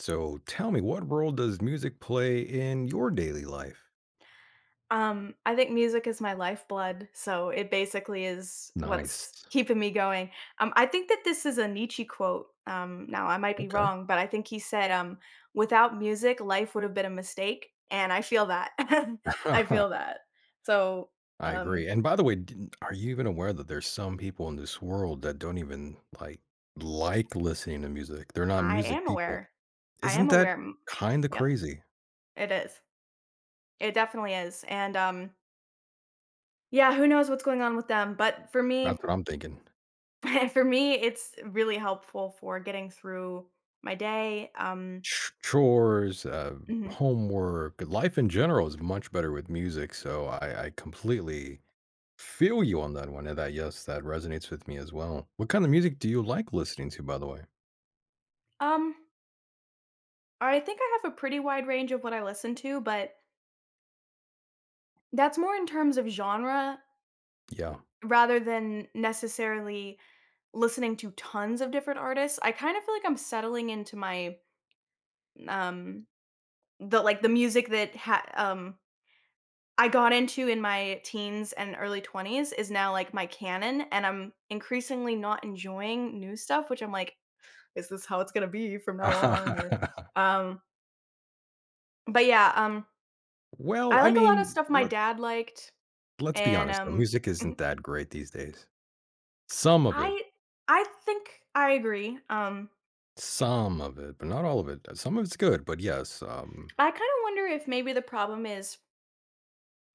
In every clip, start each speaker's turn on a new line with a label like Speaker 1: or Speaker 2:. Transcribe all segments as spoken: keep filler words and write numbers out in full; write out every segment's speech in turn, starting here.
Speaker 1: So tell me, what role does music play in your daily life?
Speaker 2: Um, I think music is my lifeblood, so it basically is what's
Speaker 1: Nice.
Speaker 2: keeping me going. Um, I think that this is a Nietzsche quote. Um, now I might be
Speaker 1: Okay.
Speaker 2: wrong, but I think he said, um, "Without music, life would have been a mistake," and I feel that. I feel that. So
Speaker 1: I agree.
Speaker 2: um,
Speaker 1: And by the way, d- are you even aware that there's some people in this world that don't even like like listening to music? They're not
Speaker 2: I
Speaker 1: music
Speaker 2: am
Speaker 1: people.
Speaker 2: aware. I am
Speaker 1: Isn't that
Speaker 2: aware. Mm.
Speaker 1: kind of
Speaker 2: Yep,
Speaker 1: crazy?
Speaker 2: it is. It definitely is. And um, yeah, who knows what's going on with them? But for me,
Speaker 1: That's what I'm thinking.
Speaker 2: for me, it's really helpful for getting through my day. Um,
Speaker 1: Ch- Chores, uh,
Speaker 2: mhm.
Speaker 1: homework, life in general is much better with music. So I, I completely feel you on that one. Yeah, that yes, that resonates with me as well. What kind of music do you like listening to, by the way?
Speaker 2: um, I think I have a pretty wide range of what I listen to, but that's more in terms of genre
Speaker 1: Yeah.
Speaker 2: rather than necessarily listening to tons of different artists. I kind of feel like I'm settling into my um the like the music that ha- um I got into in my teens and early twenties is now like my canon, and I'm increasingly not enjoying new stuff, which I'm like, is this how it's gonna be from now on? Or, um, but yeah, um,
Speaker 1: Well,
Speaker 2: I
Speaker 1: I
Speaker 2: like a lot
Speaker 1: mean,
Speaker 2: of stuff my
Speaker 1: let
Speaker 2: dad liked,
Speaker 1: let's be
Speaker 2: and
Speaker 1: honest though,
Speaker 2: um,
Speaker 1: music
Speaker 2: mhm,
Speaker 1: isn't that great these days. Some of it,
Speaker 2: I I think I agree. Um,
Speaker 1: some of it, but not all of it. Uh, Some of it's good, but yes, um,
Speaker 2: I kind of wonder if maybe the problem is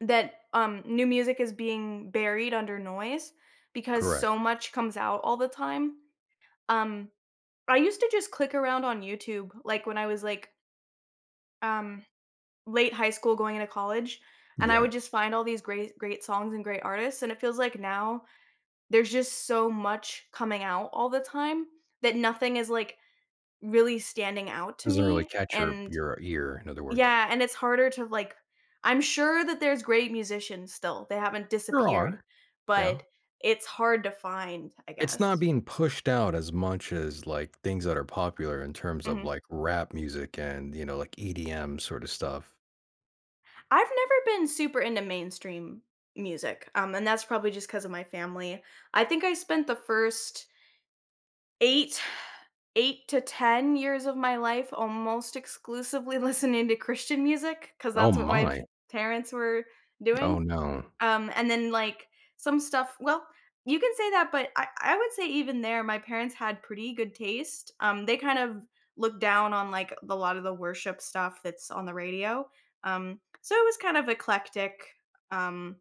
Speaker 2: that um, new music is being buried under noise because so
Speaker 1: correct.
Speaker 2: much comes out all the time. Um, I used to just click around on YouTube, like when I was like um, late high school going into college, and I
Speaker 1: Yeah.
Speaker 2: would just find all these great great songs and great artists. And it feels like now there's just so much coming out all the time that nothing is, like, really standing out to
Speaker 1: Doesn't really
Speaker 2: me,
Speaker 1: catch your
Speaker 2: and
Speaker 1: your ear, in other words.
Speaker 2: yeah, and it's harder to, like, I'm sure that there's great musicians still, they haven't
Speaker 1: There
Speaker 2: disappeared,
Speaker 1: are. Yeah.
Speaker 2: but it's hard to find, I
Speaker 1: It's not
Speaker 2: guess.
Speaker 1: being pushed out as much as like things that are popular in terms of
Speaker 2: Mhm.
Speaker 1: like rap music and, you know, like E D M sort of stuff.
Speaker 2: I've never been super into mainstream music, um, and that's probably just because of my family. I think I spent the first 8 8 to ten years of my life almost exclusively listening to Christian music, because
Speaker 1: Oh
Speaker 2: that's what my
Speaker 1: my.
Speaker 2: parents were doing.
Speaker 1: Oh, no.
Speaker 2: Um, and then, like, some stuff — well, you can say that, but I I would say even there, my parents had pretty good taste. Um, they kind of looked down on, like, a lot of the worship stuff that's on the radio. Um, so it was kind of eclectic. Um,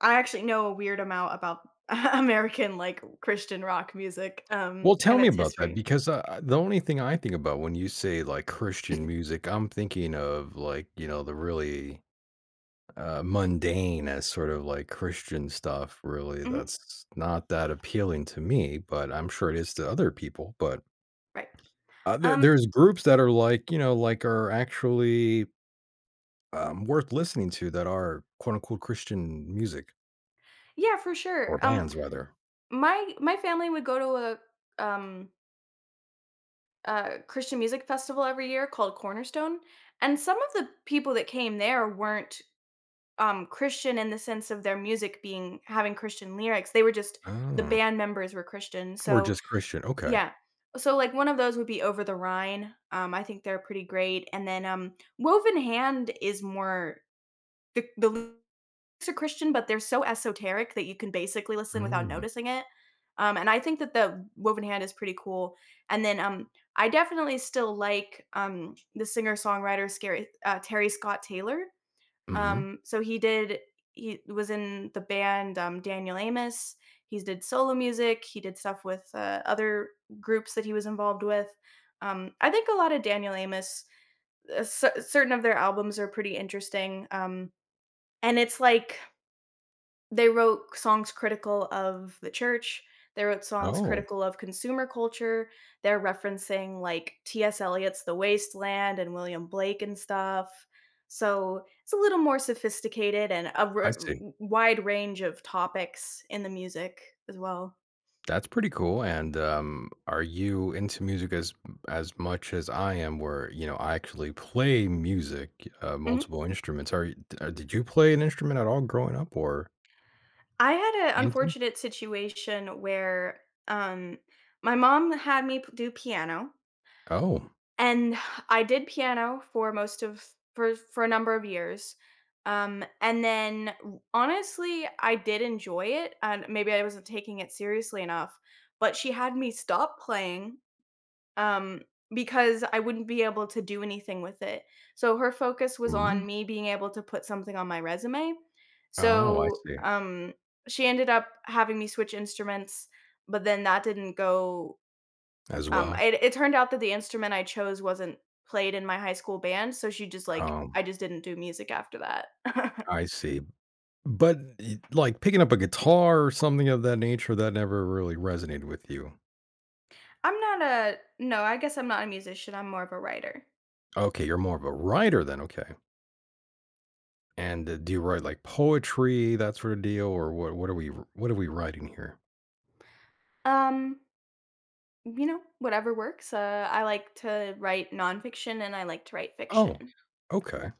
Speaker 2: I actually know a weird amount about American, like, Christian rock music, um,
Speaker 1: Well, tell
Speaker 2: and
Speaker 1: me
Speaker 2: its
Speaker 1: about that
Speaker 2: history.
Speaker 1: because, uh, uh, the only thing I think about when you say, like, Christian music, I'm thinking of, like, you know, the really, uh, mundane as sort of, like, Christian stuff, really,
Speaker 2: Mhm.
Speaker 1: that's not that appealing to me, but I'm sure it is to other people, but,
Speaker 2: Right.
Speaker 1: uh, there
Speaker 2: Um,
Speaker 1: there's groups that are like, you know, like, are actually, um, worth listening to that are quote, unquote, "Christian music"
Speaker 2: yeah, for sure.
Speaker 1: or
Speaker 2: Um,
Speaker 1: bands rather.
Speaker 2: my my family would go to a um a Christian music festival every year called Cornerstone, and some of the people that came there weren't um Christian in the sense of their music being — having Christian lyrics. They were just — the
Speaker 1: Oh,
Speaker 2: band members were Christian.
Speaker 1: or
Speaker 2: So,
Speaker 1: just Christian, okay.
Speaker 2: yeah. So like one of those would be Over the Rhine. Um, I think they're pretty great. And then um Woven Hand is more — the the are Christian, but they're so esoteric that you can basically listen without
Speaker 1: Mm,
Speaker 2: noticing it. Um, and I think that the Woven Hand is pretty cool. And then um, I definitely still like um, the singer songwriter Scary uh, Terry Scott Taylor.
Speaker 1: mhm.
Speaker 2: Um, so he did he was in the band um, Daniel Amos. He did solo music. He did stuff with uh, other groups that he was involved with. Um, I think a lot of Daniel Amos, uh, cer- certain of their albums are pretty interesting. Um, and it's like they wrote songs critical of the church, they wrote songs
Speaker 1: Oh,
Speaker 2: critical of consumer culture, they're referencing, like, T S. Eliot's The Waste Land and William Blake and stuff, so it's a little more sophisticated and a
Speaker 1: I
Speaker 2: r
Speaker 1: see.
Speaker 2: w wide range of topics in the music as well.
Speaker 1: That's pretty cool, and, um, are you into music as as much as I am where, you know, I actually play music, uh,
Speaker 2: Mhm.
Speaker 1: multiple instruments? Are you d uh, did you play an instrument at all growing up or
Speaker 2: I had an
Speaker 1: anything?
Speaker 2: unfortunate situation where, um, my mom had me p do piano.
Speaker 1: Oh.
Speaker 2: And I did piano for most of for for a number of years. Um, and then w- honestly, I did enjoy it, and maybe I wasn't taking it seriously enough, but she had me stop playing um because I wouldn't be able to do anything with it. So her focus was
Speaker 1: Mm.
Speaker 2: on me being able to put something on my resume.
Speaker 1: Oh, I
Speaker 2: So,
Speaker 1: see.
Speaker 2: um she ended up having me switch instruments, but then that didn't go.
Speaker 1: As
Speaker 2: um,
Speaker 1: well.
Speaker 2: it it turned out that the instrument I chose wasn't played in my high school band, so she just, like — I
Speaker 1: Um,
Speaker 2: just didn't do music after that.
Speaker 1: I see. But, y like, picking up a guitar or something of that nature, that never really resonated with you.
Speaker 2: I'm not a No, I guess I'm not a musician, I'm more of a writer.
Speaker 1: Okay, you're more of a writer then, okay. And, uh, do you write, like, poetry, that sort of deal, or what what are we what are we writing here?
Speaker 2: Um, you know, whatever works. Uh, I like to write nonfiction and I like to write fiction.
Speaker 1: Oh, okay.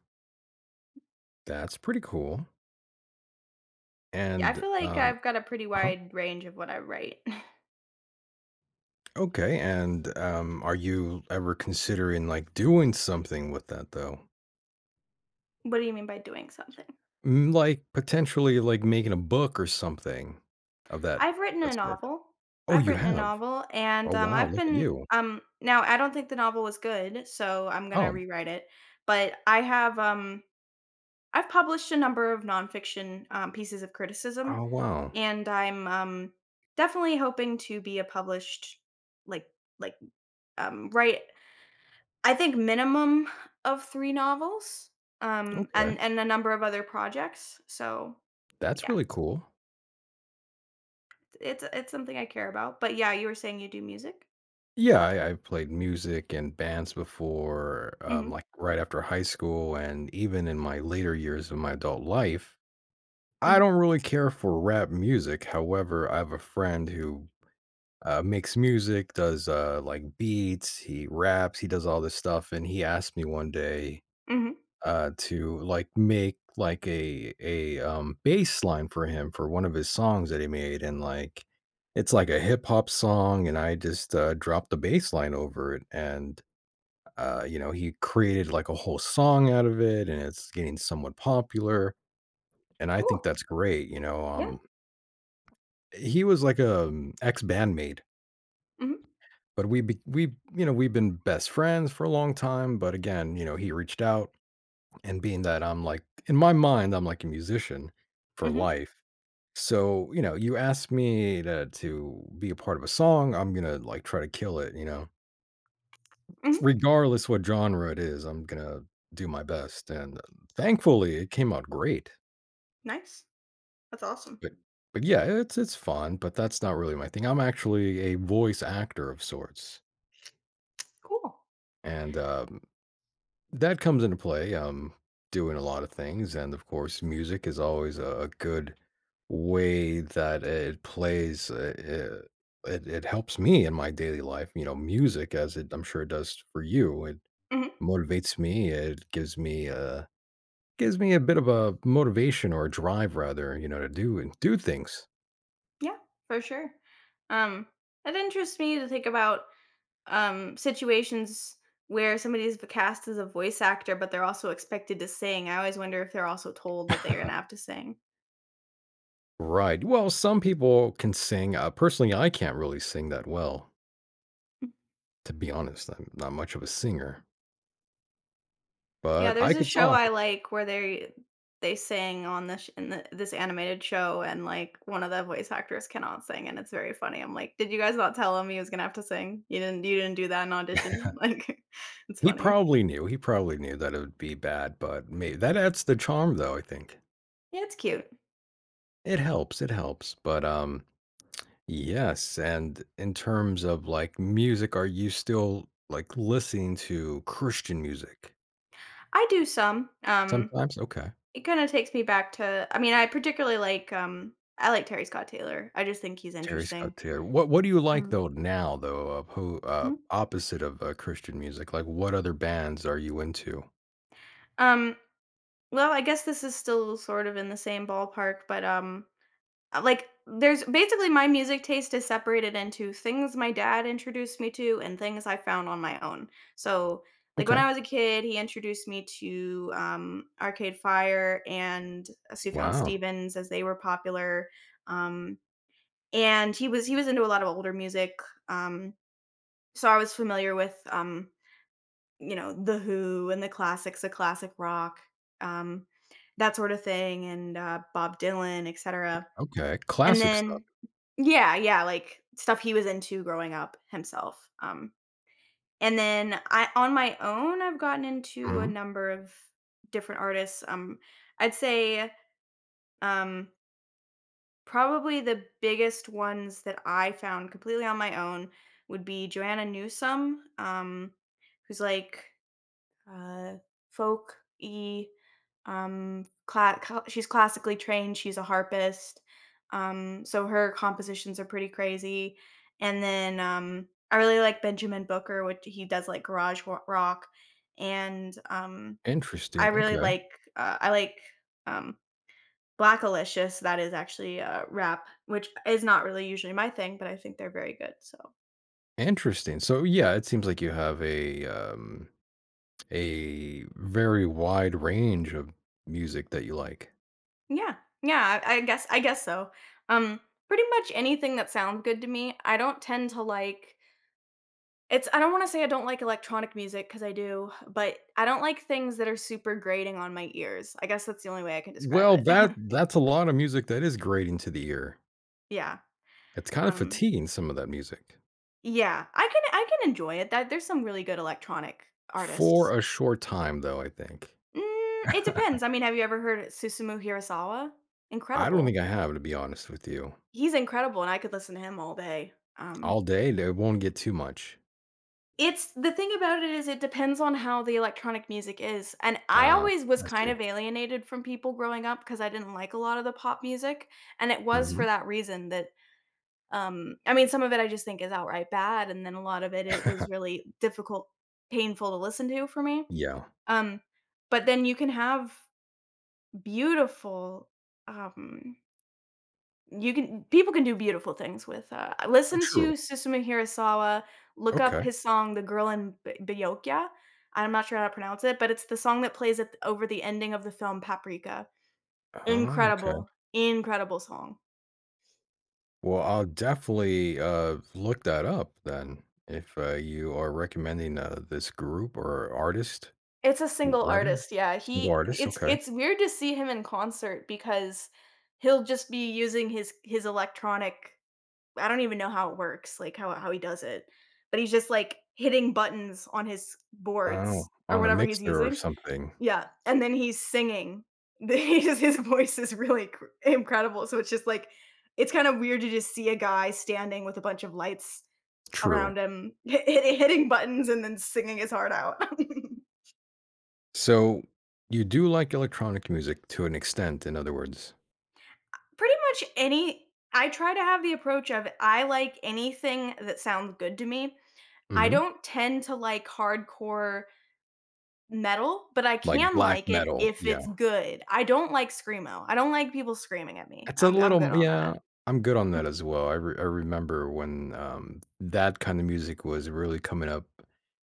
Speaker 1: That's pretty cool.
Speaker 2: Yeah, I
Speaker 1: And,
Speaker 2: feel like
Speaker 1: um,
Speaker 2: I've got a pretty
Speaker 1: huh.
Speaker 2: wide range of what I write.
Speaker 1: Okay, and, um, are you ever considering, like, doing something with that, though?
Speaker 2: What do you mean by doing something?
Speaker 1: Mm, like, potentially, like, making a book or something of that
Speaker 2: I've written
Speaker 1: that
Speaker 2: a
Speaker 1: sort?
Speaker 2: novel.
Speaker 1: Oh,
Speaker 2: I've
Speaker 1: you
Speaker 2: written a
Speaker 1: have?
Speaker 2: novel,
Speaker 1: Oh,
Speaker 2: and, um,
Speaker 1: wow,
Speaker 2: I've
Speaker 1: look at
Speaker 2: been
Speaker 1: you.
Speaker 2: um, now I don't think the novel was good, so I'm gonna
Speaker 1: Oh.
Speaker 2: rewrite it, but I have, um I've published a number of nonfiction, um, pieces of criticism,
Speaker 1: Oh, wow.
Speaker 2: and I'm, um, definitely hoping to be a published, like like, um, write I think minimum of three novels, um,
Speaker 1: Okay.
Speaker 2: and and a number of other projects, so,
Speaker 1: That's
Speaker 2: yeah,
Speaker 1: really cool.
Speaker 2: it's it's something I care about, but yeah, you were saying you do music?
Speaker 1: Yeah, I, I played music and bands before, um,
Speaker 2: Mhm.
Speaker 1: like right after high school, and even in my later years of my adult life. I
Speaker 2: Mhm,
Speaker 1: don't really care for rap music. However, I have a friend who uh, makes music, does uh, like beats, he raps, he does all this stuff. And he asked me one day,
Speaker 2: mhm.
Speaker 1: uh, to like make like a a um, bass line for him for one of his songs that he made, and like it's like a hip hop song, and I just uh, dropped the bass line over it, and uh, you know he created like a whole song out of it, and it's getting somewhat popular, and I think
Speaker 2: Cool.
Speaker 1: that's great. You know,
Speaker 2: Yeah.
Speaker 1: um, he was like a ex bandmate,
Speaker 2: Mhm,
Speaker 1: but we be, we you know we've been best friends for a long time, but again, you know he reached out. And being that I'm like in my mind, I'm like a musician for
Speaker 2: mhm,
Speaker 1: life. So, you know, you ask me to to be a part of a song, I'm gonna like try to kill it, you know.
Speaker 2: mhm.
Speaker 1: Regardless what genre it is, I'm gonna do my best. And thankfully it came out great.
Speaker 2: Nice. That's awesome.
Speaker 1: But but yeah, it's it's fun, but that's not really my thing. I'm actually a voice actor of sorts.
Speaker 2: Cool.
Speaker 1: And um, that comes into play. Um, doing a lot of things, and of course, music is always a, a good way that it plays. Uh, uh, it it helps me in my daily life. You know, music, as it I'm sure it does for you. It
Speaker 2: Mhm.
Speaker 1: motivates me. It gives me a gives me a bit of a motivation or a drive, rather. You know, to do and do things.
Speaker 2: Yeah, for sure. Um, it interests me to think about um situations where somebody's v- cast as a voice actor, but they're also expected to sing. I always wonder if they're also told that they're gonna have to sing.
Speaker 1: Right. Well, some people can sing. Uh, personally, I can't really sing that well, to be honest. I'm not much of a singer,
Speaker 2: Yeah,
Speaker 1: but
Speaker 2: there's
Speaker 1: I
Speaker 2: a
Speaker 1: could
Speaker 2: show I
Speaker 1: talk.
Speaker 2: like where they they sing on — this in the this animated show, and, like, one of the voice actors cannot sing, and it's very funny. I'm like, "Did you guys not tell him he was gonna have to sing? You didn't you didn't do that in audition?" Like, it's
Speaker 1: He
Speaker 2: funny.
Speaker 1: probably knew, he probably knew that it would be bad, but maybe that adds the charm though, I think.
Speaker 2: Yeah, it's cute.
Speaker 1: It helps, it helps, but, um, yes, and in terms of, like, music, are you still, like, listening to Christian music?
Speaker 2: I do some, um,
Speaker 1: Sometimes? Okay.
Speaker 2: it kinda takes me back to — I mean, I particularly like, um I like Terry Scott Taylor. I just think he's
Speaker 1: Terry
Speaker 2: interesting.
Speaker 1: Scott Taylor. What what do you like
Speaker 2: Um
Speaker 1: though now though, of who, uh,
Speaker 2: mhm.
Speaker 1: opposite of, uh, Christian music? Like, what other bands are you into?
Speaker 2: Um, well, I guess this is still sort of in the same ballpark, but, um, Uh, like, there's basically — my music taste is separated into things my dad introduced me to and things I found on my own. So, like when
Speaker 1: Okay.
Speaker 2: I was a kid, he introduced me to um, Arcade Fire and Sufjan
Speaker 1: Wow.
Speaker 2: Stevens as they were popular, um, and he was he was into a lot of older music. Um, so I was familiar with um, you know, the Who and the classics, the classic rock, um, that sort of thing, and uh, Bob Dylan, etc.,
Speaker 1: Okay.
Speaker 2: and
Speaker 1: Classic stuff.
Speaker 2: then yeah, yeah, like, stuff he was into growing up himself, um, and then, I on my own, I've gotten into a
Speaker 1: Mhm.
Speaker 2: number of different artists, um, I'd say, um, probably the biggest ones that I found completely on my own would be Joanna Newsom, um, who's, like, uh, folk y. Um, cla- cla- she's classically trained, she's a harpist. Um, so her compositions are pretty crazy. And then um, I really like Benjamin Booker, which he does like garage wa- rock. And um, I
Speaker 1: Interesting.
Speaker 2: really
Speaker 1: Okay.
Speaker 2: like, uh, I like um, Black Alicious. That is actually a rap, which is not really usually my thing, but I think they're very good. So.
Speaker 1: Interesting. So yeah, it seems like you have a um a very wide range of music that you like.
Speaker 2: Yeah, yeah, I I guess I guess so. Um, Pretty much anything that sounds good to me. I don't tend to like — it's — I don't wanna say I don't like electronic music, because I do, but I don't like things that are super grating on my ears. I guess that's the only way I can describe
Speaker 1: Well,
Speaker 2: it.
Speaker 1: that that's a lot of music that is grating to the ear.
Speaker 2: Yeah,
Speaker 1: It's kind of
Speaker 2: um,
Speaker 1: fatiguing some of that music.
Speaker 2: yeah, I can I can enjoy it, that there's some really good electronic artists.
Speaker 1: For a short time though, I think.
Speaker 2: Mm, it depends, I mean, have you ever heard Susumu Hirasawa?
Speaker 1: I don't
Speaker 2: Incredible.
Speaker 1: think I have to be honest with you.
Speaker 2: He's incredible, and I could listen to him all day. um
Speaker 1: All day, it won't get too much.
Speaker 2: It's — the thing about it is it depends on how the electronic music is, and I
Speaker 1: Ah,
Speaker 2: always was
Speaker 1: I
Speaker 2: kind
Speaker 1: see.
Speaker 2: of alienated from people growing up because I didn't like a lot of the pop music, and it was for
Speaker 1: Mhm.
Speaker 2: that reason that, um I mean, some of it I just think is outright bad, and then a lot of it, it was really difficult, painful to listen to for me,
Speaker 1: Yeah, uh,
Speaker 2: um, but then you can have beautiful — um you can people can do beautiful things with — uh listen to
Speaker 1: true.
Speaker 2: Susumu Hirasawa, look up
Speaker 1: Okay.
Speaker 2: his song, The Girl in Bi Byokya. I'm not sure how to pronounce it, but it's the song that plays at — over the ending of the film Paprika.
Speaker 1: Oh, okay.
Speaker 2: Incredible, incredible song.
Speaker 1: Well, I'll definitely uh, look that up then if uh, you are recommending uh, this group or artist,
Speaker 2: It's a
Speaker 1: w-
Speaker 2: single
Speaker 1: rather,
Speaker 2: artist, yeah,
Speaker 1: single
Speaker 2: he
Speaker 1: artist.
Speaker 2: it's
Speaker 1: Okay.
Speaker 2: it's weird to see him in concert because he'll just be using his his electronic — I don't even know how it works, like, how how he does it, but he's just, like, hitting buttons on his boards
Speaker 1: Oh,
Speaker 2: or
Speaker 1: on a
Speaker 2: whatever he's
Speaker 1: mixer or
Speaker 2: using.
Speaker 1: something.
Speaker 2: Yeah, and then he's singing. His his voice is really cr- incredible, so it's just, like, it's kind of weird to just see a guy standing with a bunch of lights
Speaker 1: True.
Speaker 2: around him, hit hit hitting buttons and then singing his heart out. Pretty
Speaker 1: So you do like electronic music to an extent, in other words,
Speaker 2: much any — I try to have the approach of, I like anything that sounds good to me. I
Speaker 1: hmm,
Speaker 2: don't tend to like hardcore metal, but I
Speaker 1: like
Speaker 2: can
Speaker 1: black
Speaker 2: like it
Speaker 1: metal.
Speaker 2: if
Speaker 1: Yeah.
Speaker 2: it's good. I don't like screamo. I don't like people screaming at me.
Speaker 1: It's a
Speaker 2: I'm I'm good
Speaker 1: little
Speaker 2: on
Speaker 1: yeah,
Speaker 2: that.
Speaker 1: I'm good on that as well. I re I remember when, um, that kind of music was really coming up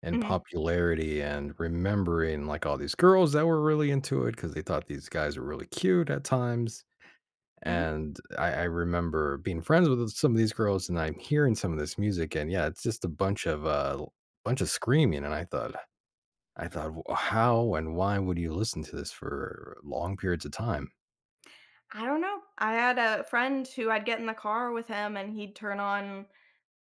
Speaker 1: in
Speaker 2: Mhm.
Speaker 1: popularity and remembering, like, all these girls that were really into it because they thought these guys were really cute at times,
Speaker 2: Mhm.
Speaker 1: and I I remember being friends with some of these girls, and I'm hearing some of this music, and yeah, it's just a bunch of, uh, bunch of screaming, and I thought I thought, "W how and why would you listen to this for long periods of time?"
Speaker 2: I don't know. I had a friend who I'd get in the car with him and he'd turn on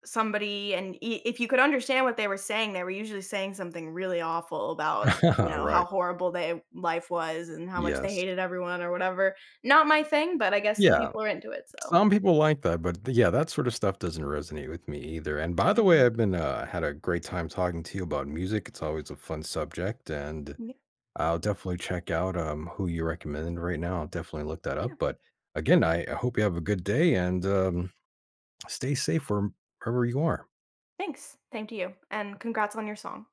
Speaker 2: somebody, and I if you could understand what they were saying, they were usually saying something really awful about, you know, how
Speaker 1: Right.
Speaker 2: horrible their life was and how much
Speaker 1: Yes.
Speaker 2: they hated everyone or whatever. Not my thing, but I guess some
Speaker 1: Yeah.
Speaker 2: people are into it, so.
Speaker 1: Some people like that, but th- yeah, that sort of stuff doesn't resonate with me either. And by the way,
Speaker 2: Mhm.
Speaker 1: I've been uh, had a great time talking to you about music. It's always a fun subject, and
Speaker 2: Yeah,
Speaker 1: I'll definitely check out um, who you recommend right now. I'll definitely look that
Speaker 2: yeah,
Speaker 1: up. But
Speaker 2: yeah.
Speaker 1: again, I I hope you have a good day and um, stay safe where- wherever you are.
Speaker 2: Thanks. Same to you, and congrats on your song.